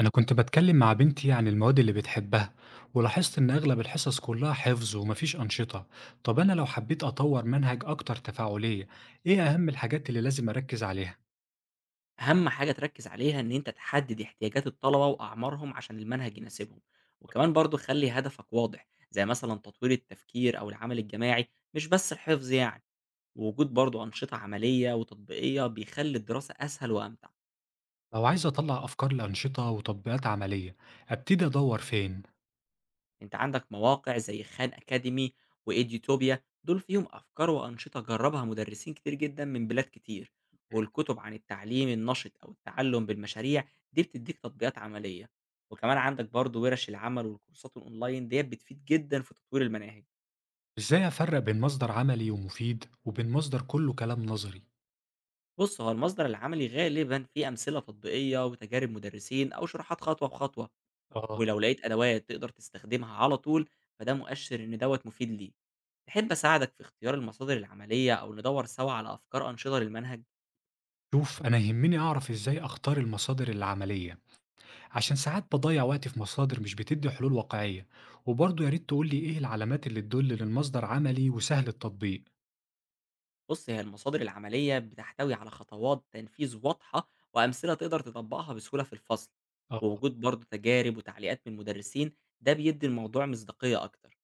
أنا كنت بتكلم مع بنتي عن المواد اللي بتحبها، ولاحظت إن أغلب الحصص كلها حفظ ومفيش أنشطة. طب أنا لو حبيت أطور منهج أكتر تفاعلية، إيه أهم الحاجات اللي لازم أركز عليها؟ أهم حاجة تركّز عليها إن أنت تحدد احتياجات الطلبة وأعمارهم عشان المنهج يناسبهم، وكمان برضه خلّي هدفك واضح، زي مثلًا تطوير التفكير أو العمل الجماعي مش بس الحفظ يعني، ووجود برضه أنشطة عملية وتطبيقية بيخلّي الدراسة أسهل وأمتع. لو عايز أطلع أفكار لأنشطة وتطبيقات عملية، أبتدي أدور فين؟ أنت عندك مواقع زي خان أكاديمي وإيديوتوبيا دول فيهم أفكار وأنشطة جربها مدرسين كتير جدا من بلاد كتير، مم. والكتب عن التعليم النشط أو التعلم بالمشاريع دي بتديك تطبيقات عملية، وكمان عندك برضه ورش العمل والكورسات الأونلاين ديت بتفيد جدا في تطوير المناهج. إزاي أفرق بين مصدر عملي ومفيد وبين مصدر كله كلام نظري؟ بص، هو المصدر العملي غالبا فيه أمثلة تطبيقية وتجارب مدرسين أو شروحات خطوة بخطوة، آه. ولو لقيت أدوات تقدر تستخدمها على طول فده مؤشر إن دوّة مفيد ليك. تحب أساعدك في اختيار المصادر العملية أو ندوّر سوا على أفكار أنشطة للمنهج؟ شوف، أنا يهمني أعرف إزاي أختار المصادر العملية عشان ساعات بضيع وقتي في مصادر مش بتدي حلول واقعية، وبرضه يا ريت تقولي إيه العلامات اللي تدل إن المصدر عملي وسهل التطبيق. بُص، هي المصادر العملية بتحتوي على خطوات تنفيذ واضحة وأمثلة تقدر تطبّقها بسهولة في الفصل، آه. ووجود برضه تجارب وتعليقات من المدرسين ده بيدّي الموضوع مصداقية أكتر.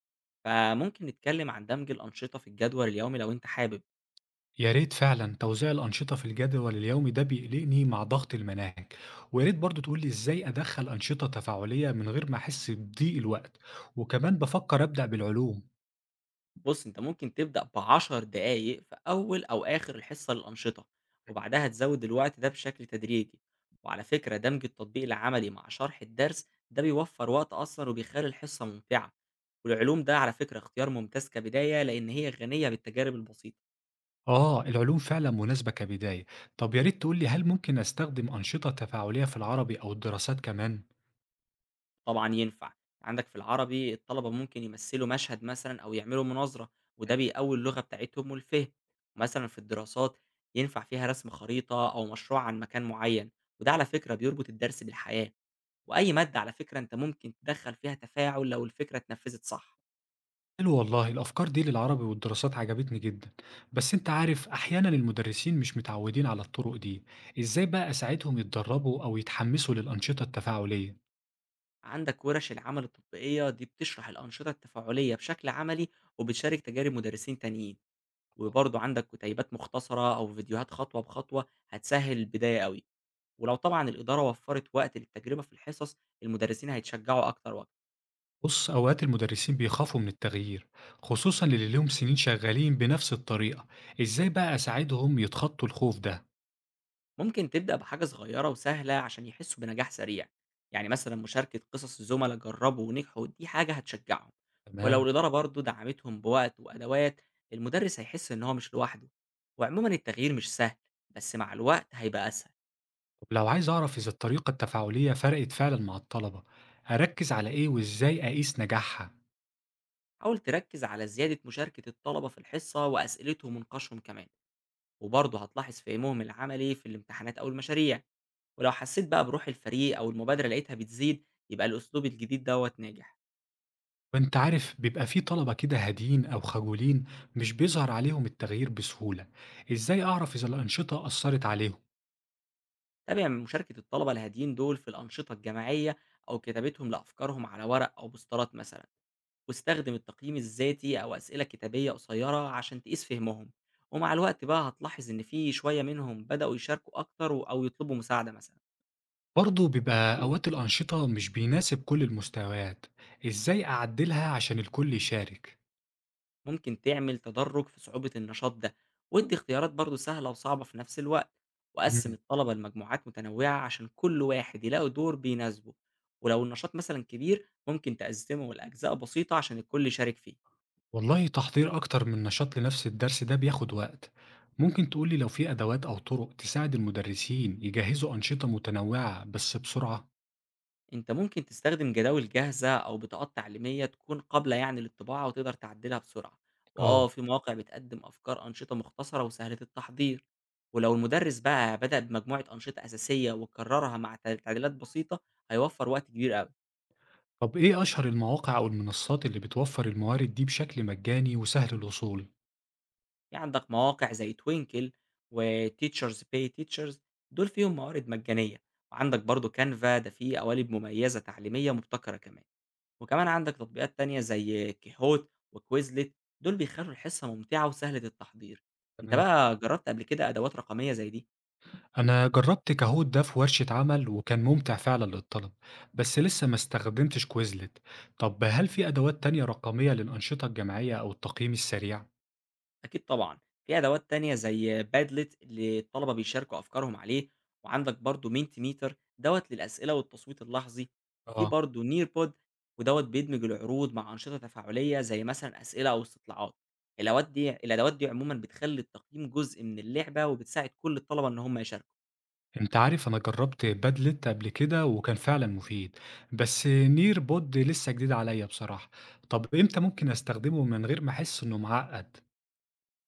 فممكن نتكلم عن دمج الأنشطة في الجدول اليومي لو أنت حابب. يا ريت فعلا، توزيع الأنشطة في الجدول اليومي ده بيقلقني مع ضغط المناهج، ويا ريت برضه تقولي إزاي أدخل أنشطة تفاعلية من غير ما أحس بضيق الوقت، وكمان بفكر أبدأ بالعلوم. بُص، أنت ممكن تبدأ ب10 دقايق في أول أو آخر الحصة للأنشطة، وبعدها تزود الوقت ده بشكل تدريجي، وعلى فكرة دمج التطبيق العملي مع شرح الدرس ده بيوفر وقت أصلًا وبيخلي الحصة ممتعة، والعلوم ده على فكرة اختيار ممتاز كبداية لأن هي غنية بالتجارب البسيطة. آه، العلوم فعلا مناسبة كبداية. طب يا ريت تقولي، هل ممكن أستخدم أنشطة تفاعلية في العربي أو الدراسات كمان؟ طبعًا ينفع، عندك في العربي الطلبة ممكن يمثّلوا مشهد مثلًا أو يعملوا مناظرة، وده بيقوي اللغة بتاعتهم والفهم، مثلًا في الدراسات ينفع فيها رسم خريطة أو مشروع عن مكان معين، وده على فكرة بيربط الدرس بالحياة، وأي مادة على فكرة أنت ممكن تدخّل فيها تفاعل لو الفكرة اتنفّذت صح. حلو والله، الأفكار دي للعربي والدراسات عجبتني جدا. بس أنت عارف أحيانا المدرسين مش متعودين على الطرق دي، إزاي بقى أساعدهم يتدربوا أو يتحمسوا للأنشطة التفاعلية؟ عندك ورش العمل التطبيقية دي بتشرح الأنشطة التفاعلية بشكل عملي، وبتشارك تجارب مدرسين تانيين، آه. وبرضه عندك كتيبات مختصرة أو فيديوهات خطوة بخطوة هتسهّل البداية أوي. ولو طبعًا الإدارة وفّرت وقت للتجربة في الحصص، المدرسين هيتشجعوا أكتر وأكتر. بص، أوقات المدرسين بيخافوا من التغيير، خصوصا اللي ليهم سنين شغالين بنفس الطريقة. إزاي بقى أساعدهم يتخطوا الخوف ده؟ ممكن تبدأ بحاجة صغيرة وسهلة عشان يحسّوا بنجاح سريع، يعني مثلًا مشاركة قصص زُملا جرّبوا ونجحوا دي حاجة هتشجعهم، ولو تمام. الإدارة برضه دعمتهم بوقت وأدوات، المدرس هيحس إن هو مش لوحده. وعمومًا التغيير مش سهل، بس مع الوقت هيبقى أسهل. طب لو عايز أعرف إذا الطريقة التفاعلية فرقت فعلا مع الطلبة، أركز على إيه وإزاي أقيس نجاحها؟ حاول تركّز على زيادة مشاركة الطلبة في الحصة وأسئلتهم ونقاشهم كمان، وبرضه هتلاحظ فهمهم العملي في الامتحانات أو المشاريع. ولو حسيت بقى بروح الفريق أو المبادرة لقيتها بتزيد يبقى الأسلوب الجديد دوّة ناجح. وأنت عارف بيبقى في طلبة كده هاديين أو خجولين، مش بيظهر عليهم التغيير بسهولة، إزاي أعرف إذا الأنشطة أثرت عليهم؟ تابع من مشاركة الطلبة الهاديين دول في الأنشطة الجماعية أو كتابتهم لأفكارهم على ورق أو بوسترات مثلًا، واستخدم التقييم الذاتي أو أسئلة كتابية قصيرة عشان تقيس فهمهم، ومع الوقت بقى هتلاحظ إن في شوية منهم بدأوا يشاركوا أكتر أو يطلبوا مساعدة مثلًا. برضه بيبقى أوقات الأنشطة مش بيناسب كل المستويات، إزاي أعدلها عشان الكل يشارك؟ ممكن تعمل تدرج في صعوبة النشاط ده، وادي اختيارات برضه سهلة وصعبة في نفس الوقت، وقسم مم. الطلبة لمجموعات متنوعة عشان كل واحد يلاقي دور بيناسبه، ولو النشاط مثلا كبير ممكن تقسمه لأجزاء بسيطة عشان الكل يشارك فيه. والله، تحضير أكتر من نشاط لنفس الدرس ده بياخد وقت. ممكن تقولي لو في أدوات أو طرق تساعد المدرسين يجهزوا أنشطة متنوعة بس بسرعة؟ انت ممكن تستخدم جداول جاهزة أو بطاقات تعليمية تكون قابلة يعني للطباعة وتقدر تعدلها بسرعة، آه. وآه في مواقع بتقدم أفكار أنشطة مختصرة وسهلة التحضير، ولو المدرس بقى بدأ بمجموعة أنشطة أساسية وكررها مع تعديلات بسيطة هيوفر وقت كبير قوي. طب إيه أشهر المواقع أو المنصات اللي بتوفر الموارد دي بشكل مجاني وسهل الوصول؟ في عندك مواقع زي توينكل وتيتشرز باي تيتشرز، دول فيهم موارد مجانية، وعندك برضو كانفا ده فيه قوالب مميزة تعليمية مبتكرة كمان، وكمان عندك تطبيقات تانية زي كيهوت وكويزلت، دول بيخلوا الحصة ممتعة وسهلة التحضير. انت تمام. بقى جربت قبل كده أدوات رقمية زي دي؟ أنا جرّبت كهود ده في ورشة عمل وكان ممتع فعلًا للطلب، بس لسه ما استخدمتش كويزلت. طب هل في أدوات تانية رقمية للأنشطة الجماعية أو التقييم السريع؟ أكيد طبعًا، في أدوات تانية زي padlet اللي الطلبة بيشاركوا أفكارهم عليه، وعندك برضه mentimeter دوّة للأسئلة والتصويت اللحظي، وفي آه. برضه nearpod ودوّة بيدمج العروض مع أنشطة تفاعلية زي مثلًا أسئلة أو استطلاعات. الأوات دي الأدوات دي عمومًا بتخلّي التقييم جزء من اللعبة، وبتساعد كل الطلبة إن هم يشاركوا. أنت عارف أنا جرّبت بادلت قبل كده وكان فعلًا مفيد، بس نير بود لسه جديد عليّا بصراحة. طب إمتى ممكن أستخدمه من غير ما أحس إنه معقد؟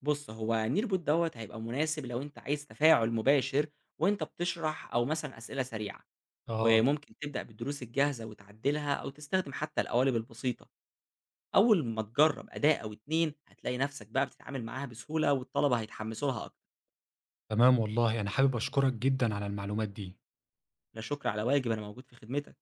بُص، هو nearpod دوّة هيبقى مناسب لو أنت عايز تفاعل مباشر وأنت بتشرح أو مثلًا أسئلة سريعة، آه، وممكن تبدأ بالدروس الجاهزة وتعدلها أو تستخدم حتى القوالب البسيطة. أول ما تجرّب أداة أو 2 هتلاقي نفْسك بقى بتتعامل معاها بسهولة والطلبة هيتحمّسوا لها أكتر. تمام والله أنا حابب أشكرك جدًا على المعلومات دي. لا شكر على واجب، أنا موجود في خدمتك.